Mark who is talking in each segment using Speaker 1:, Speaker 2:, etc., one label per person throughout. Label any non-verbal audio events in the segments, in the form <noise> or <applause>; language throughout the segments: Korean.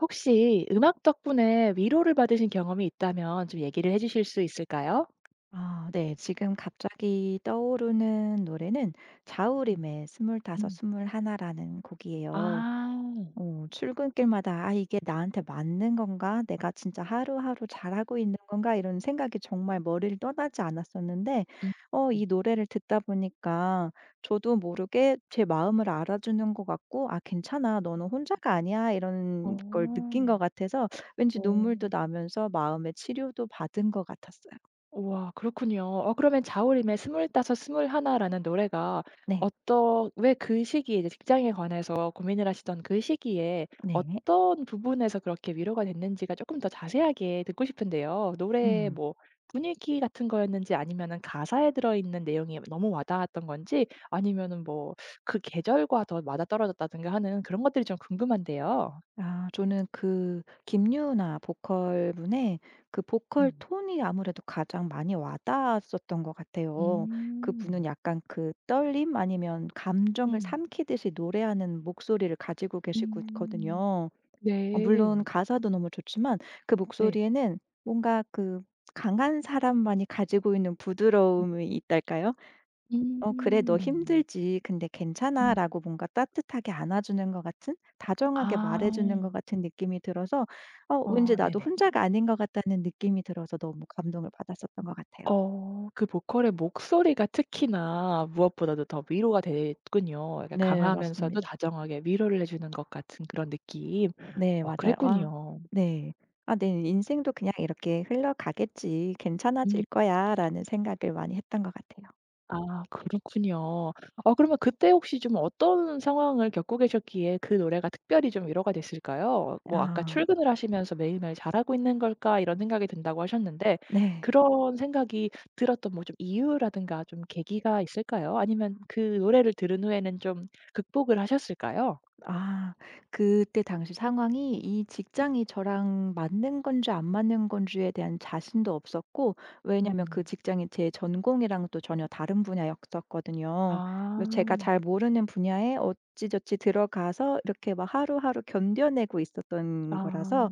Speaker 1: 혹시 음악 덕분에 위로를 받으신 경험이 있다면 좀 얘기를 해 주실 수 있을까요?
Speaker 2: 아 네. 지금 갑자기 떠오르는 노래는
Speaker 1: 음.
Speaker 2: 자우림의 스물다섯
Speaker 1: 음.
Speaker 2: 스물하나 라는 곡이에요.
Speaker 1: 아.
Speaker 2: 출근길마다 '아 이게 나한테 맞는 건가? 내가 진짜 하루하루 잘하고 있는 건가?' 이런 생각이 정말 머리를 떠나지 않았었는데
Speaker 1: 음. 네.
Speaker 2: 이 노래를 듣다 보니까 저도 모르게 제 마음을 알아주는 것 같고 '아 괜찮아. 너는 혼자가 아니야.' 이런 걸 느낀
Speaker 1: 어.
Speaker 2: 것 같아서 왠지
Speaker 1: 어.
Speaker 2: 눈물도 나면서 마음의 치료도 받은 것 같았어요.
Speaker 1: 우와, 그렇군요. 어 그러면 자우림의 스물다섯 스물하나 라는 노래가
Speaker 2: 네.
Speaker 1: 어떤, 왜 그 시기에 이제 직장에 관해서 고민을 하시던 그 시기에
Speaker 2: 네.
Speaker 1: 어떤 부분에서 그렇게 위로가 됐는지가 조금 더 자세하게 듣고 싶은데요. 노래의
Speaker 2: 음.
Speaker 1: 뭐 분위기 같은 거였는지 아니면은 가사에 들어있는 내용이 너무 와 닿았던 건지 아니면은 뭐 그 계절과 더 맞아떨어졌다든가 하는 그런 것들이 좀 궁금한데요.
Speaker 2: 아 저는 그 김유나 보컬분의 그 보컬
Speaker 1: 음.
Speaker 2: 톤이 아무래도 가장 많이 와 닿았었던 것 같아요. 그분은
Speaker 1: 음.
Speaker 2: 약간 그 떨림 아니면 감정을
Speaker 1: 음.
Speaker 2: 삼키듯이 노래하는 목소리를 가지고 계시
Speaker 1: 음.
Speaker 2: 거든요. 물론
Speaker 1: 네.
Speaker 2: 가사도 너무 좋지만 그
Speaker 1: 네.
Speaker 2: 목소리에는 뭔가 그 강한 사람만이 가지고 있는 부드러움이 있달까요? 어 "그래 너
Speaker 1: 음.
Speaker 2: 힘들지. 근데
Speaker 1: 음.
Speaker 2: 괜찮아."라고 뭔가 따뜻하게 안아주는 것 같은 다정하게
Speaker 1: 아.
Speaker 2: 말해주는 것 같은 느낌이 들어서 왠지
Speaker 1: 어
Speaker 2: 나도
Speaker 1: 네네.
Speaker 2: 혼자가 아닌 것 같다는 느낌이 들어서 너무 감동을 받았었던 것 같아요.
Speaker 1: 어 그 보컬의 목소리가 특히나 무엇보다도 더 위로가 됐군요. 약간
Speaker 2: 네
Speaker 1: 강하면서도
Speaker 2: 맞습니다.
Speaker 1: 다정하게 위로를 해 주는 것 같은 그런 느낌.
Speaker 2: 네
Speaker 1: 어
Speaker 2: 맞아요. 아
Speaker 1: 그랬군요.
Speaker 2: 네. 아 내 인생도 그냥 이렇게 흘러가겠지. 괜찮아질
Speaker 1: 음.
Speaker 2: 거야.'라는 생각을 많이 했던 것 같아요.
Speaker 1: 아 그렇군요. 아 그러면 그때 혹시 좀 어떤 상황을 겪고 계셨기에 그 노래가 특별히 좀 위로가 됐을까요? 뭐 아까
Speaker 2: 아
Speaker 1: 출근을 하시면서 '매일매일 잘하고 있는 걸까?' 이런 생각이 든다고 하셨는데,
Speaker 2: 네.
Speaker 1: 그런 생각이 들었던 뭐 좀 이유라든가 좀 계기가 있을까요? 아니면 그 노래를 들은 후에는 좀 극복을 하셨을까요?
Speaker 2: 아. 그때 당시 상황이 이 직장이 저랑 맞는 건지 안 맞는 건지에 대한 자신도 없었고 왜냐면 그
Speaker 1: 음.
Speaker 2: 직장이 제 전공이랑 또 전혀 다른 분야였었거든요.
Speaker 1: 아.
Speaker 2: 그래서 제가 잘 모르는 분야에 어찌저찌 들어가서 이렇게 막 하루하루 견뎌내고 있었던
Speaker 1: 아.
Speaker 2: 거라서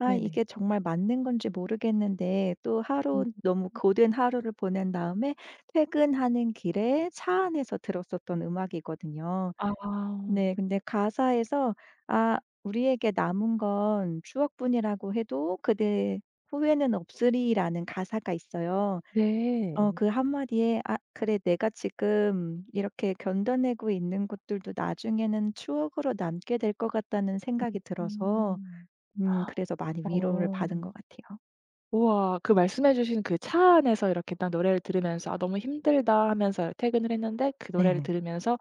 Speaker 2: '아
Speaker 1: 네네.
Speaker 2: 이게 정말 맞는 건지 모르겠는데' 또
Speaker 1: 음.
Speaker 2: 하루 너무 고된 하루를 보낸 다음에 퇴근하는 길에 차 안에서 들었었던 음악이거든요.
Speaker 1: 아.
Speaker 2: 네. 근데 가사에서 "아 우리에게 남은 건 추억뿐이라고 해도 그대 후회는 없으리."라는 가사가 있어요.
Speaker 1: 네.
Speaker 2: 그 한마디에 '아 그래 내가 지금 이렇게 견뎌내고 있는 것들도 나중에는 추억으로 남게 될 것 같다.'는 생각이 들어서
Speaker 1: 음.
Speaker 2: 그래서 많이 위로를
Speaker 1: 어.
Speaker 2: 받은 것 같아요.
Speaker 1: 우와. 그 말씀해 주신 그 차 안에서 이렇게 딱 노래를 들으면서 '아 너무 힘들다.' 하면서 퇴근을 했는데, 그 노래를
Speaker 2: 네.
Speaker 1: 들으면서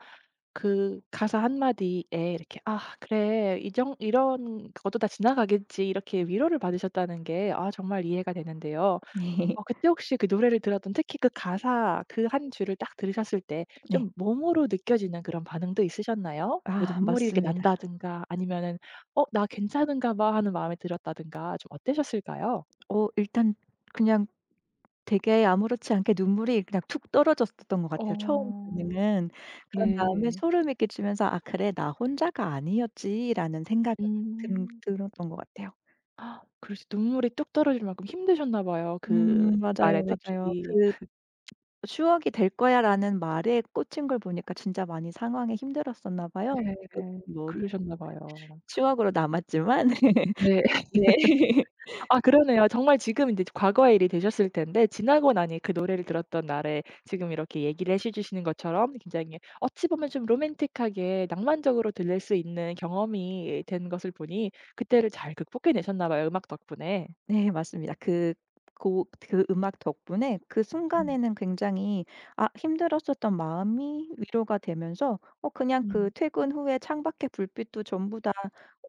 Speaker 1: 그 가사 한 마디에 이렇게 '아 그래. 이정 이런 것도 다 지나가겠지.' 이렇게 위로를 받으셨다는 게 아 정말 이해가 되는데요.
Speaker 2: <laughs> 네.
Speaker 1: 어 그때 혹시 그 노래를 들었던, 특히 그 가사 그 한 줄을 딱 들으셨을 때
Speaker 2: 네.
Speaker 1: 좀 몸으로 느껴지는 그런 반응도 있으셨나요? 뭐
Speaker 2: 아
Speaker 1: 눈물이 이렇게
Speaker 2: 맞습니다.
Speaker 1: 난다든가 아니면은 '어 나 괜찮은가 봐.' 하는 마음이 들었다든가, 좀 어떠셨을까요?
Speaker 2: 일단 그냥 되게 아무렇지 않게 눈물이 그냥 툭 떨어졌었던 것 같아요 처음
Speaker 1: 어.
Speaker 2: 반응은. 그런 다음에
Speaker 1: 네.
Speaker 2: 소름이 끼치면서 '아 그래 나 혼자가 아니었지.'라는 생각이 든
Speaker 1: 음.
Speaker 2: 들었던 것 같아요.
Speaker 1: 그러시 눈물이 뚝 떨어질 만큼 힘드셨나 봐요. 그날에
Speaker 2: 맞아요, 맞아요.
Speaker 1: 특히.
Speaker 2: 그 '추억이 될 거야.'라는 말에 꽂힌 걸 보니까 진짜 많이 상황이 힘들었었나 봐요.
Speaker 1: 네.
Speaker 2: 지금 뭐 네
Speaker 1: 그러셨나 봐요.
Speaker 2: 추억으로 남았지만.
Speaker 1: 네.
Speaker 2: <laughs> 네.
Speaker 1: 아 그러네요. 정말 지금 인제 과거의 일이 되셨을 텐데 지나고 나니, 그 노래를 들었던 날에 지금 이렇게 얘기를 해시 주시는 것처럼 굉장히, 어찌 보면 좀 로맨틱하게 낭만적으로 들릴 수 있는 경험이 된 것을 보니 그때를 잘 극복해 내셨나 봐요, 음악 덕분에.
Speaker 2: 네 맞습니다. 그 음악 덕분에 그
Speaker 1: 음.
Speaker 2: 순간에는 굉장히 아 힘들었었던 마음이 위로가 되면서 그냥 그
Speaker 1: 음.
Speaker 2: 퇴근 후에 창밖에 불빛도 전부 다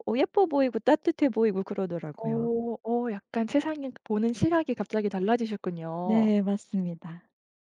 Speaker 2: 예뻐 보이고 따뜻해 보이고 그러더라고요.
Speaker 1: 어. 어 약간 세상을 보는 시각이 갑자기 달라지셨군요.
Speaker 2: 네 맞습니다.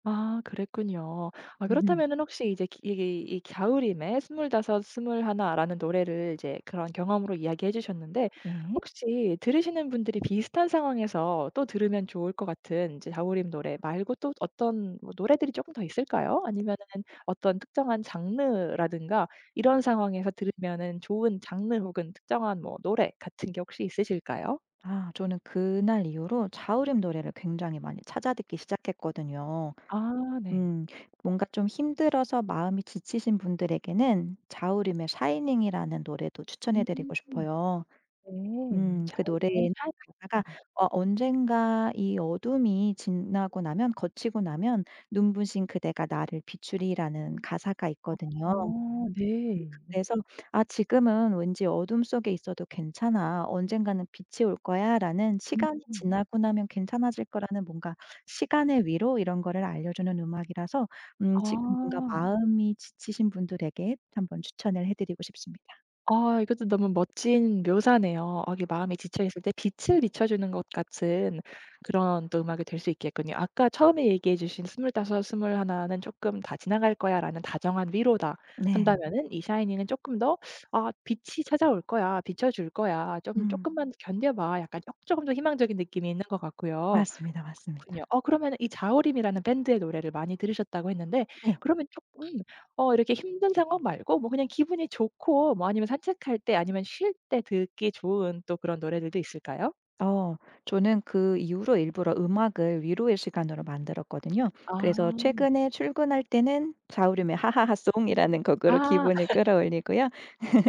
Speaker 1: 아 그랬군요. 아 그렇다면은
Speaker 2: <laughs>
Speaker 1: 혹시 이제 기 이 이 겨울임의 스물다섯 스물하나" 라는 노래를 이제 그런 경험으로 이야기해 주셨는데,
Speaker 2: 네.
Speaker 1: 혹시 들으시는 분들이 비슷한 상황에서 또 들으면 좋을 것 같은 이제 "겨울임" 노래 말고 또 어떤 뭐 노래들이 조금 더 있을까요? 아니면은 어떤 특정한 장르라든가, 이런 상황에서 들으면은 좋은 장르 혹은 특정한 뭐 노래 같은 게 혹시 있으실까요?
Speaker 2: 아 저는 그날 이후로 자우림 노래를 굉장히 많이 찾아 듣기 시작했거든요.
Speaker 1: 아 네.
Speaker 2: 음 뭔가 좀 힘들어서 마음이 지치신 분들에게는 자우림의 '샤이닝'이라는 노래도 추천해
Speaker 1: 음
Speaker 2: 드리고 싶어요.
Speaker 1: 네. 겨
Speaker 2: 그
Speaker 1: 의
Speaker 2: 노래에는
Speaker 1: 샤인.
Speaker 2: 가사가
Speaker 1: 음.
Speaker 2: "언젠가 이 어둠이 지나고 나면 거치고 나면 눈부신 그대가 나를 비추리."라는 가사가 있거든요.
Speaker 1: 어 네.
Speaker 2: 그래서 아 지금은 왠지 어둠 속에 있어도 괜찮아. 언젠가는 빛이 올 거야라는 시간이
Speaker 1: 음.
Speaker 2: 지나고 나면 괜찮아질 거라는 뭔가 시간의 위로 이런 거를 알려주는 음악이라서 지금 뭔가
Speaker 1: 아.
Speaker 2: 마음이 지치신 분들에게 한번 추천을 해 드리고 싶습니다.
Speaker 1: 아 이것도 너무 멋진 묘사네요. 아 이게 마음이 지쳐 있을 때 빛을 비춰 주는 것 같은, 그런 또 음악이 될 수 있겠군요. 아까 처음에 얘기해 주신 "스물다섯, 스물하나 는 쪼끔 다 지나갈 거야."라는 다정한 위로다
Speaker 2: 네.
Speaker 1: 한다면은, 이 샤이니는 쪼끔 더 '아 빛이 찾아올 거야. 비춰 줄 거야. 좀
Speaker 2: 음
Speaker 1: 쪼끔만 견뎌 봐.' 약간 쪼 쪼금 더 희망적인 느낌이 있는 것 같고요.
Speaker 2: 맞습니다,
Speaker 1: 그렇군요.
Speaker 2: 맞습니다.
Speaker 1: 어 그러면은 이 자우림이라는 밴드의 노래를 많이 들으셨다고 했는데,
Speaker 2: 네.
Speaker 1: 그러면 쪼끔 어 이렇게 힘든 상황 말고 뭐 그냥 기분이 좋고, 뭐 아니면 산책할 때, 아니면 쉴 때 듣기 좋은 또 그런 노래들도 있을까요?
Speaker 2: 어. 저는 그 이후로 일부러 음악을 위로의 시간으로 만들었거든요. 그래서
Speaker 1: 아.
Speaker 2: 최근에 출근할 때는 자우림의 하하하송이라는 곡으로
Speaker 1: 아
Speaker 2: 기분을 끌어올리고요.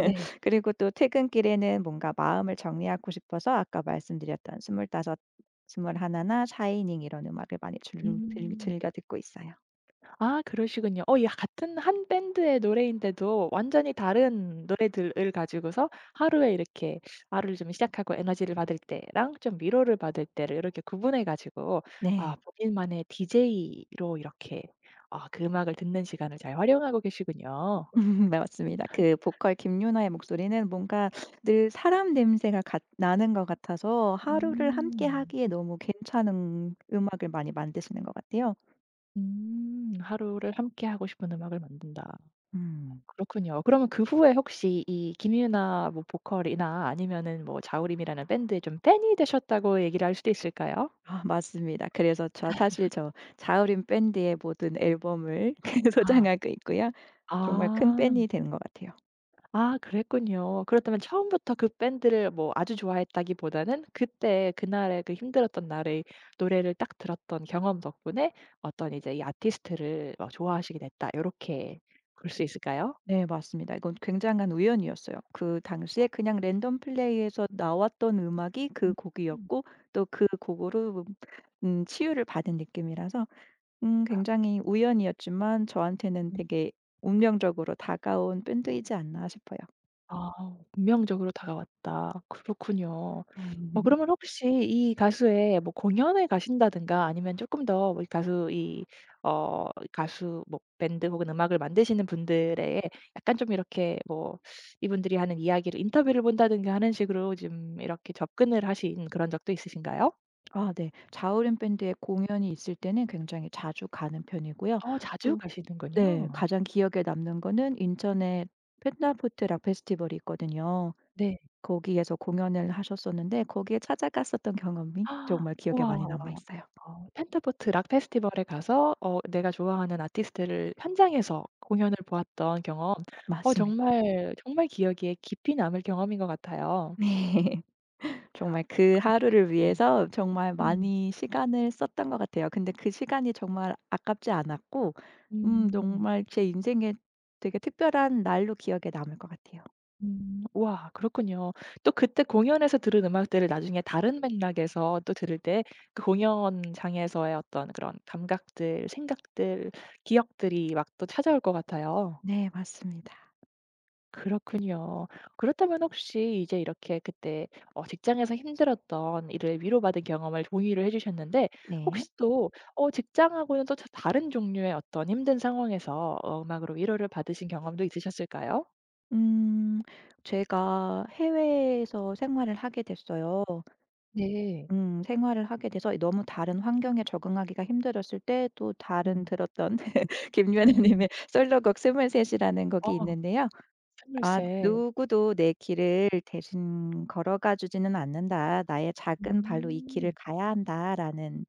Speaker 1: 네.
Speaker 2: 그리고 또 퇴근길에는 뭔가 마음을 정리하고 싶어서 아까 말씀드렸던 스물다섯, 스물하나 샤이닝 이런 음악을 많이 즐 즐
Speaker 1: 음.
Speaker 2: 즐겨 듣고 있어요.
Speaker 1: 아 그러시군요. 어 이 같은 한 밴드의 노래인데도 완전히 다른 노래들을 가지고서 하루에 이렇게, 하루를 좀 시작하고 에너지를 받을 때랑 좀 위로를 받을 때를 이렇게 구분해 가지고 아
Speaker 2: 네.
Speaker 1: 본인만의 디제이로 이렇게 아 그 음악을 듣는 시간을 잘 활용하고 계시군요.
Speaker 2: 네 맞습니다. 그 보컬 김유나의 목소리는 뭔가 늘 사람 냄새가 같 나는 것 같아서 하루를 함께
Speaker 1: 음.
Speaker 2: 하기에 너무 괜찮은 음악을 많이 만드시는 것 같아요.
Speaker 1: 음. 하루를 함께하고 싶은 음악을 만든다.
Speaker 2: 음.
Speaker 1: 그렇군요. 그러면 그 후에 혹시 이 김유나 뭐 보컬이나 아니면은 뭐 자우림이라는 밴드의 좀 팬이 되셨다고 얘기를 할 수도 있을까요?
Speaker 2: 아 맞습니다. 그래서 사실 저 자우림 밴드의 모든 앨범을 <laughs>
Speaker 1: 아.
Speaker 2: 소장하고 있고요. 정말 큰
Speaker 1: 아.
Speaker 2: 팬이 되는 것 같아요.
Speaker 1: 아 그랬군요. 그렇다면 처음부터 그 밴드를 뭐 아주 좋아했다기보다는, 그때 그날의 그 힘들었던 날의 노래를 딱 들었던 경험 덕분에 어떤 이제 이 아티스트를 어 좋아하시게 됐다 요렇게 볼 수 있을까요?
Speaker 2: 네 맞습니다. 이건 굉장한 우연이었어요. 그 당시에 그냥 랜덤 플레이에서 나왔던 음악이
Speaker 1: 음.
Speaker 2: 그
Speaker 1: 음.
Speaker 2: 곡이었고 또 그 곡으로 치유를 받은 느낌이라서
Speaker 1: 아.
Speaker 2: 굉장히 우연이었지만 저한테는
Speaker 1: 음.
Speaker 2: 되게 운명적으로 다가온 밴드이지 않나 싶어요.
Speaker 1: 아 운명적으로 다가왔다. 그렇군요. 어 그러면
Speaker 2: <laughs>
Speaker 1: 혹시 이 가수의 뭐 공연을 가신다든가 아니면 조금 더뭐 가수 이 어 가수 뭐 밴드 혹은 음악을 만드시는 분들의 약간 좀 이렇게, 뭐 이분들이 하는 이야기를 인터뷰를 본다든가 하는 식으로 좀 이렇게 접근을 하신 그런 적도 있으신가요?
Speaker 2: 아 네. 자우림 밴드의 공연이 있을 때는 굉장히 자주 가는 편이고요.
Speaker 1: 어 자주
Speaker 2: 또 네
Speaker 1: 가시는군요.
Speaker 2: 가장 기억에 남는 거는 인천에 펜타포트 락 페스티벌이 있거든요.
Speaker 1: 네.
Speaker 2: 거기에서 공연을 하셨었는데 거기에 찾아갔었던 경험이
Speaker 1: 아
Speaker 2: 정말 기억에
Speaker 1: 우와.
Speaker 2: 많이 남아 있어요.
Speaker 1: 어 펜타포트 락 페스티벌에 가서 어 내가 좋아하는 아티스트를 현장에서 공연을 보았던 경험, 어
Speaker 2: 맞습니다.
Speaker 1: 정말, 정말 기억에 깊이 남을 경험인 것 같아요.
Speaker 2: 네. <laughs> 정말 그
Speaker 1: 그렇군요.
Speaker 2: 하루를 위해서 정말
Speaker 1: 음.
Speaker 2: 많이 시간을 썼던 것 같아요. 근데 그 시간이 정말 아깝지 않았고
Speaker 1: 음.
Speaker 2: 정말 제 인생에 되게 특별한 날로 기억에 남을 것 같아요.
Speaker 1: 음. 우와 그렇군요. 또 그때 공연에서 들은 음악들을 나중에 다른 맥락에서 또 들을 때, 그 공연장에서의 어떤 그런 감각들, 생각들, 기억들이 막 또 찾아올 것 같아요.
Speaker 2: 네 맞습니다.
Speaker 1: 그렇군요. 그렇다면 혹시 이제 이렇게 그때 어 직장에서 힘들었던 일을 위로받은 경험을 공유를 해 주셨는데,
Speaker 2: 네.
Speaker 1: 혹시 또 어 직장하고는 또 다른 종류의 어떤 힘든 상황에서 어 음악으로 위로를 받으신 경험도 있으셨을까요?
Speaker 2: 음 제가 해외에서 생활을 하게 됐어요.
Speaker 1: 네.
Speaker 2: 생활을 하게 돼서 너무 다른 환경에 적응하기가 힘들었을 때 또 다른
Speaker 1: 음.
Speaker 2: 들었던 <laughs> 김연아
Speaker 1: 음.
Speaker 2: 님의 솔로곡 스물셋 이라는 <laughs> 곡이
Speaker 1: 어
Speaker 2: 있는데요. 아
Speaker 1: 스물셋.
Speaker 2: "누구도 내 길을 대신 걸어가 주지는 않는다. 나의 작은 발로 이 길을
Speaker 1: 음.
Speaker 2: 가야 한다."라는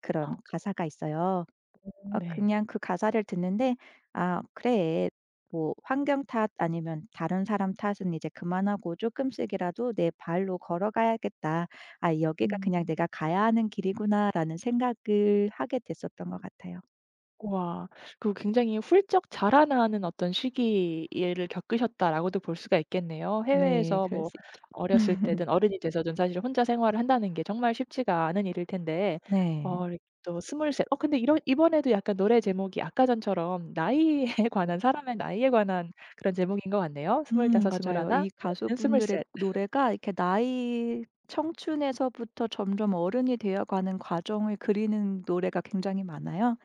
Speaker 2: 그런 가사가 있어요.
Speaker 1: 오.
Speaker 2: 아
Speaker 1: 네.
Speaker 2: 그냥 그 가사를 듣는데 '아 그래. 뭐 환경 탓 아니면 다른 사람 탓은 이제 그만하고 조금씩이라도 내 발로 걸어가야겠다. 아 여기가 그냥
Speaker 1: 음.
Speaker 2: 내가 가야 하는 길이구나.'라는 생각을 하게 됐었던 것 같아요.
Speaker 1: 와. 그 굉장히 훌쩍 자라나는 어떤 시기를 겪으셨다라고도 볼 수가 있겠네요.
Speaker 2: 네.
Speaker 1: 해외에서,
Speaker 2: 그럴
Speaker 1: 뭐
Speaker 2: 수 있죠.
Speaker 1: 어렸을
Speaker 2: <laughs>
Speaker 1: 때든 어른이 돼서든 사실 혼자 생활을 한다는 게 정말 쉽지가 않은 일일 텐데,
Speaker 2: 네.
Speaker 1: 어 이렇게 또 스물셋. 어 근데 이런, 이번에도 약간 노래 제목이 아까 전처럼 나이에 <laughs> 관한, 사람의 나이에 관한 그런 제목인 것 같네요. 스물하
Speaker 2: 맞아요.
Speaker 1: 나
Speaker 2: 이
Speaker 1: 이번에는 스물
Speaker 2: 가수분들의 노래가 이렇게 나이 청춘에서부터 점점 어른이 되어 가는 과정을 그리는 노래가 굉장히 많아요.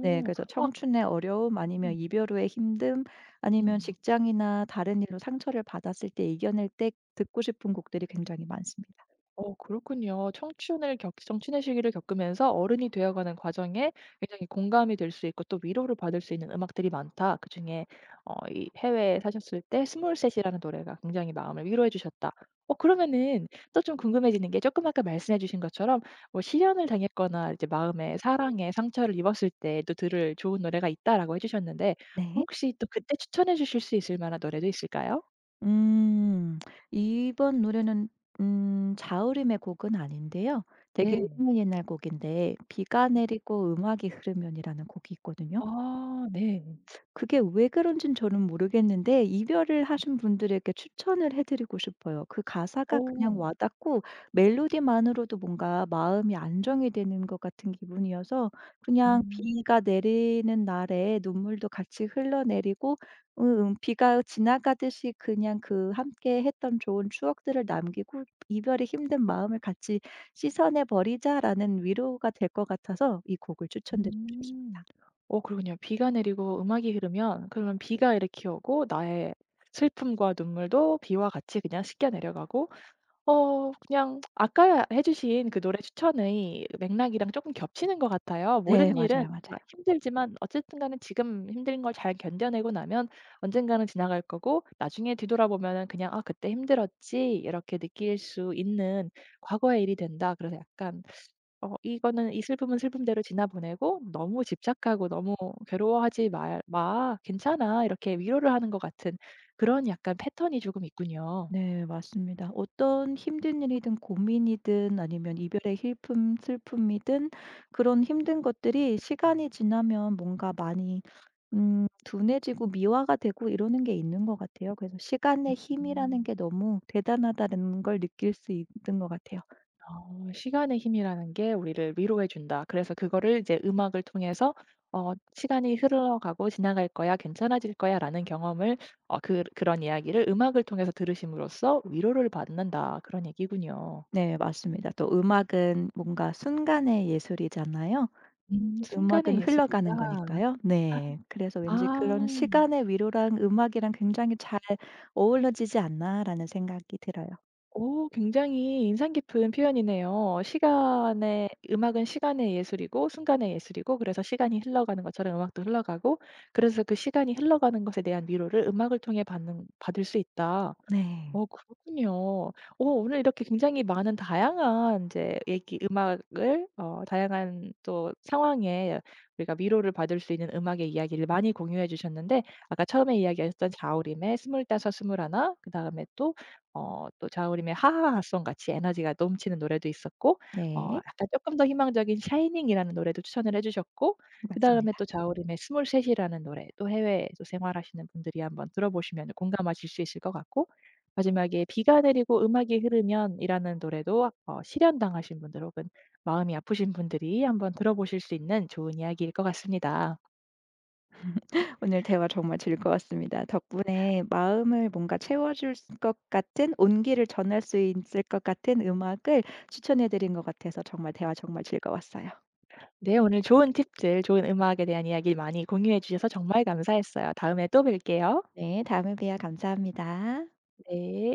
Speaker 2: 네. 그래서
Speaker 1: 아
Speaker 2: 청춘의 어려움 아니면
Speaker 1: 음
Speaker 2: 이별 후의 힘듦 아니면
Speaker 1: 음.
Speaker 2: 직장이나 다른 일로 상처를 받았을 때 이겨낼 때 듣고 싶은 곡들이 굉장히 많습니다.
Speaker 1: 어 그렇군요. 청춘을 겪 청춘의 시기를 겪으면서 어른이 되어가는 과정에 굉장히 공감이 될 수 있고 또 위로를 받을 수 있는 음악들이 많다. 그중에 어 이 해외에 사셨을 때 스몰셋이라는 노래가 굉장히 마음을 위로해 주셨다. 어 그러면은 또 좀 궁금해지는 게, 조금 아까 말씀해 주신 것처럼 뭐 실연을 당했거나 이제 마음에 사랑에 상처를 입었을 때도 들을 좋은 노래가 있다라고 해 주셨는데,
Speaker 2: 네.
Speaker 1: 혹시 또 그때 추천해 주실 수 있을 만한 노래도 있을까요?
Speaker 2: 음. 이번 노래는 자우림의 곡은 아닌데요. 되게
Speaker 1: 네.
Speaker 2: 옛날, 옛날 곡인데 비가 내리고 음악이 흐르면이라는 곡이 있거든요.
Speaker 1: 아 네.
Speaker 2: 그게 왜 그런진 저는 모르겠는데 이별을 하신 분들에게 추천을 해 드리고 싶어요. 그 가사가
Speaker 1: 오.
Speaker 2: 그냥 와 닿고 멜로디만으로도 뭔가 마음이 안정이 되는 것 같은 기분이어서 그냥
Speaker 1: 음.
Speaker 2: 비가 내리는 날에 눈물도 같이 흘러내리고 비가 지나가듯이 그냥 그 함께 했던 좋은 추억들을 남기고 이별이 힘든 마음을 같이 씻어내 버리자.'라는 위로가 될 것 같아서 이 곡을 추천드리고 싶습니다.
Speaker 1: 음. 어 그러군요. 비가 내리고 음악이 흐르면, 그러면 비가 이렇게 오고 나의 슬픔과 눈물도 비와 같이 그냥 씻겨 내려가고, 어 그냥 아까 해 주신 그 노래 추천의 맥락이랑 조금 겹치는 것 같아요.
Speaker 2: 네.
Speaker 1: 모든 일은
Speaker 2: 맞아요,
Speaker 1: 아
Speaker 2: 맞아요.
Speaker 1: 힘들지만 어쨌든 간에 지금 힘든 걸 잘 견뎌내고 나면 언젠가는 지나갈 거고, 나중에 뒤돌아보면은 그냥 '아 그때 힘들었지.' 이렇게 느낄 수 있는 과거의 일이 된다. 그래서 약간 어 이거는 이 슬픔은 슬픔대로 지나 보내고 너무 집착하고 너무 "괴로워하지 말 마. 괜찮아." 이렇게 위로를 하는 것 같은 그런 약간 패턴이 조금 있군요.
Speaker 2: 네 맞습니다. 어떤 힘든 일이든 고민이든 아니면 이별의 슬픔이든 그런 힘든 것들이 시간이 지나면 뭔가 많이 둔해지고 미화가 되고 이러는 게 있는 것 같아요. 그래서 '시간의 힘이라는
Speaker 1: 음.
Speaker 2: 게 너무 대단하다.'는 걸 느낄 수 있는 것 같아요.
Speaker 1: 어 시간의 힘이라는 게 우리를 위로해 준다. 그래서 그거를 이제 음악을 통해서 어 '시간이 흘러가고 지나갈 거야. 괜찮아질 거야.'라는 경험을, 어 그 그런 이야기를 음악을 통해서 들으심으로써 위로를 받는다. 그런 얘기군요.
Speaker 2: 네 맞습니다. 또 음악은 뭔가 순간의 예술이잖아요.
Speaker 1: 음. 순간의
Speaker 2: 음악은
Speaker 1: 예술이다.
Speaker 2: 흘러가는 거니까요. 네. 그래서 왠지 그런
Speaker 1: 아.
Speaker 2: '시간의 위로랑 음악이랑 굉장히 잘 어우러지지 않나.'라는 생각이 들어요.
Speaker 1: 오 굉장히 인상 깊은 표현이네요. 시간의 음악은 시간의 예술이고 순간의 예술이고, 그래서 시간이 흘러가는 것처럼 음악도 흘러가고, 그래서 그 시간이 흘러가는 것에 대한 위로를 음악을 통해 받는 받을 수 있다.
Speaker 2: 네.
Speaker 1: 어 그렇군요. 어 오늘 이렇게 굉장히 많은, 다양한 이제 얘기, 음악을 어 다양한 또 상황에 우리가 위로를 받을 수 있는 음악의 이야기를 많이 공유해 주셨는데, 아까 처음에 이야기하셨던 자우림의 스물다섯 스물하나, 그다음에 또 어 또 자우림의 하하하송 같이 에너지가 넘치는 노래도 있었고, 어
Speaker 2: 네.
Speaker 1: 약간 조금 더 희망적인 샤이닝이라는 노래도 추천을 해 주셨고, 그다음에 또
Speaker 2: 맞습니다.
Speaker 1: 자우림의 스물셋이라는 노래, 또 해외에 서 생활하시는 분들이 한번 들어보시면 공감하실 수 있을 것 같고, 마지막에 비가 내리고 음악이 흐르면이라는 노래도 어 실연당하신 분들 혹은 마음이 아프신 분들이 한번 들어보실 수 있는 좋은 이야기일 것 같습니다.
Speaker 2: 오늘 대화 정말 즐거웠습니다. 덕분에 마음을 뭔가 채워줄 수- 것 같은 온기를 전할 수 있을 것 같은 음악을 추천해 드린 것 같아서 정말 대화 정말 즐거웠어요.
Speaker 1: 네 오늘 좋은 팁들, 좋은 음악에 대한 이야기 많이 공유해 주셔서 정말 감사했어요. 다음에 또 뵐게요.
Speaker 2: 네. 다음에 봬요. 감사합니다.
Speaker 1: 네.